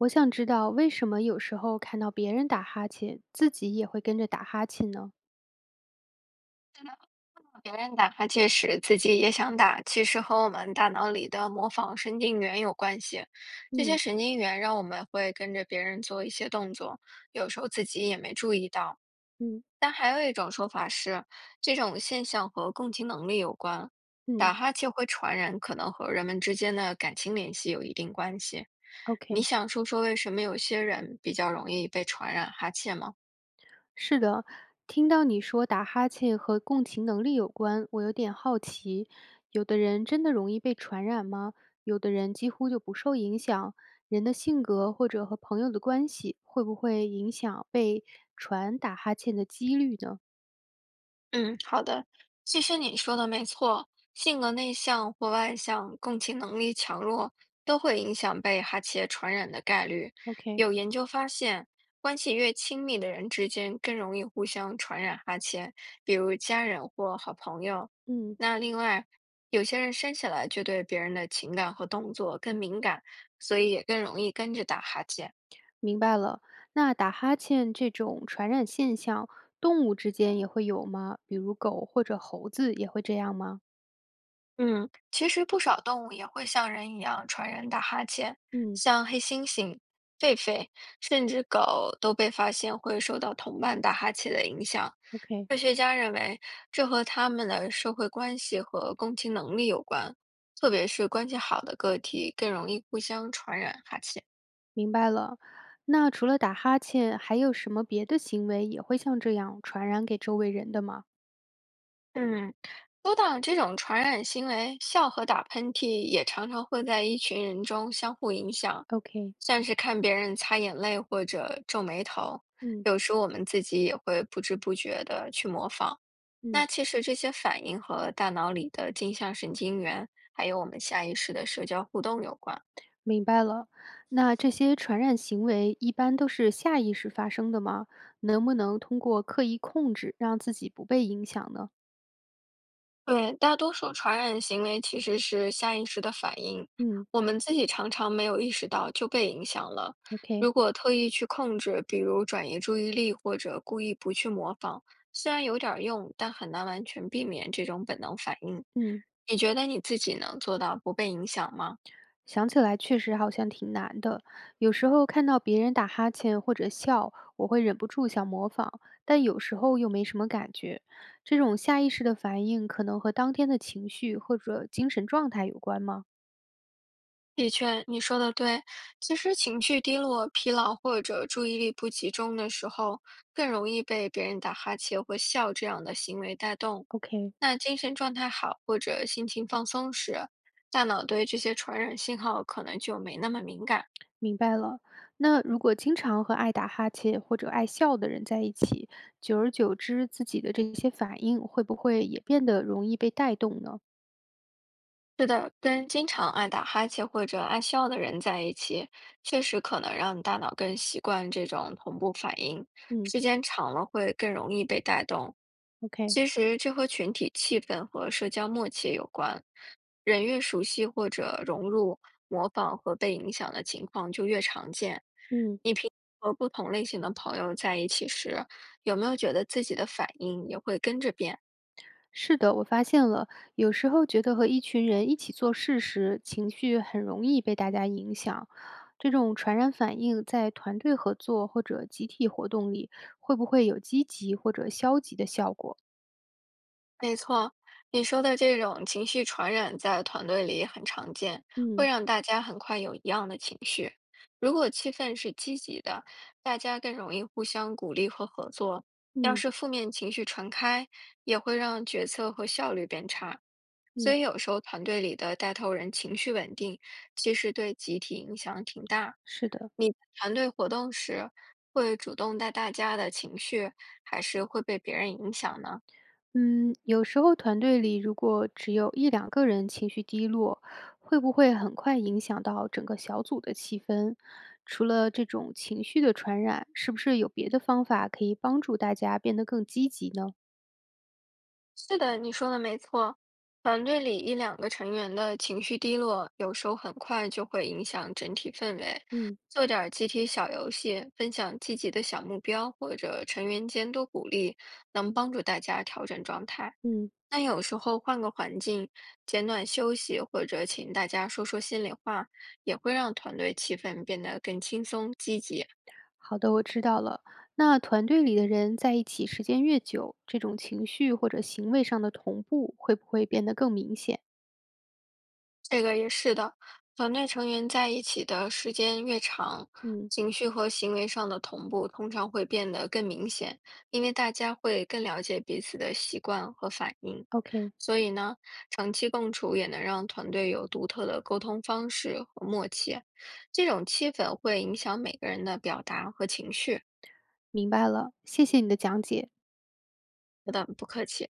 我想知道为什么有时候看到别人打哈欠，自己也会跟着打哈欠呢？的，别人打哈欠时，自己也想打，其实和我们大脑里的模仿神经元有关系。这些嗯神经元让我们会跟着别人做一些动作，有时候自己也没注意到。嗯但还有一种说法是，这种现象和共情能力有关。打嗯哈欠会传染，可能和人们之间的感情联系有一定关系。你，OK，想说说为什么有些人比较容易被传染哈欠吗？是的，听到你说打哈欠和共情能力有关，我有点好奇，有的人真的容易被传染吗？有的人几乎就不受影响，人的性格或者和朋友的关系会不会影响被传打哈欠的几率呢嗯，好的。其实你说的没错，性格内向或外向、共情能力强弱都会影响被哈欠传染的概率。？OK，有研究发现，关系越亲密的人之间更容易互相传染哈欠，比如家人或好朋友。嗯。那另外，有些人生下来就对别人的情感和动作更敏感，所以也更容易跟着打哈欠。明白了。那打哈欠这种传染现象，动物之间也会有吗？比如狗或者猴子也会这样吗？嗯，其实不少动物也会像人一样传人打哈欠，嗯像黑猩猩、狒狒，甚至狗都被发现会受到同伴打哈欠的影响。，OK，科学家认为，这和它们的社会关系和共情能力有关，特别是关系好的个体更容易互相传染哈欠。明白了。那除了打哈欠，还有什么别的行为也会像这样传染给周围人的吗嗯，说到这种传染行为，笑和打喷嚏也常常会在一群人中相互影响，？OK，像是看别人擦眼泪或者皱眉头，嗯有时我们自己也会不知不觉的去模仿。那嗯，其实这些反应和大脑里的镜像神经元，还有我们下意识的社交互动有关。明白了。那这些传染行为一般都是下意识发生的吗？能不能通过刻意控制让自己不被影响呢？对，大多数传染行为其实是下意识的反应，嗯我们自己常常没有意识到就被影响了。，OK，如果特意去控制，比如转移注意力或者故意不去模仿，虽然有点儿用，但很难完全避免这种本能反应。嗯。你觉得你自己能做到不被影响吗？想起来确实好像挺难的，有时候看到别人打哈欠或者笑，我会忍不住想模仿，但有时候又没什么感觉。这种下意识的反应可能和当天的情绪或者精神状态有关吗的确，你说的对。其实情绪低落、疲劳或者注意力不集中的时候，更容易被别人打哈欠或笑这样的行为带动。？OK，那精神状态好或者心情放松时，大脑对这些传染信号可能就没那么敏感。明白了。那如果经常和爱打哈欠或者爱笑的人在一起，久而久之，自己的这些反应会不会也变得容易被带动呢？是的，跟经常爱打哈欠或者爱笑的人在一起，确实可能让你大脑更习惯这种同步反应，嗯时间长了会更容易被带动。，OK，其实这和群体气氛和社交默契有关，人越熟悉或者融入、模仿和被影响的情况就越常见。嗯。你平时和不同类型的朋友在一起时，有没有觉得自己的反应也会跟着变？是的，我发现了，有时候觉得和一群人一起做事时，情绪很容易被大家影响。这种传染反应在团队合作或者集体活动里，会不会有积极或者消极的效果？没错，你说的这种情绪传染在团队里很常见，会嗯让大家很快有一样的情绪。如果气氛是积极的，大家更容易互相鼓励和合作；要嗯是负面情绪传开，也会让决策和效率变差。所嗯，以有时候团队里的带头人情绪稳定，其实对集体影响挺大。是的，你在团队活动时，会主动带大家的情绪，还是会被别人影响呢？嗯，有时候团队里如果只有一两个人情绪低落，会不会很快影响到整个小组的气氛？除了这种情绪的传染，是不是有别的方法可以帮助大家变得更积极呢？是的，你说的没错。团队里一两个成员的情绪低落，有时候很快就会影响整体氛围。嗯做点儿集体小游戏，分享积极的小目标，或者成员间多鼓励，能帮助大家调整状态。嗯但有时候换个环境，简短休息，或者请大家说说心里话，也会让团队气氛变得更轻松、积极。好的，我知道了。那团队里的人在一起时间越久，这种情绪或者行为上的同步会不会变得更明显这个也是的，团队成员在一起的时间越长，嗯，情绪和行为上的同步通常会变得更明显，因为大家会更了解彼此的习惯和反应。？OK，所以呢，长期共处也能让团队有独特的沟通方式和默契。这种气氛会影响每个人的表达和情绪。明白了，谢谢你的讲解。不的，不客气。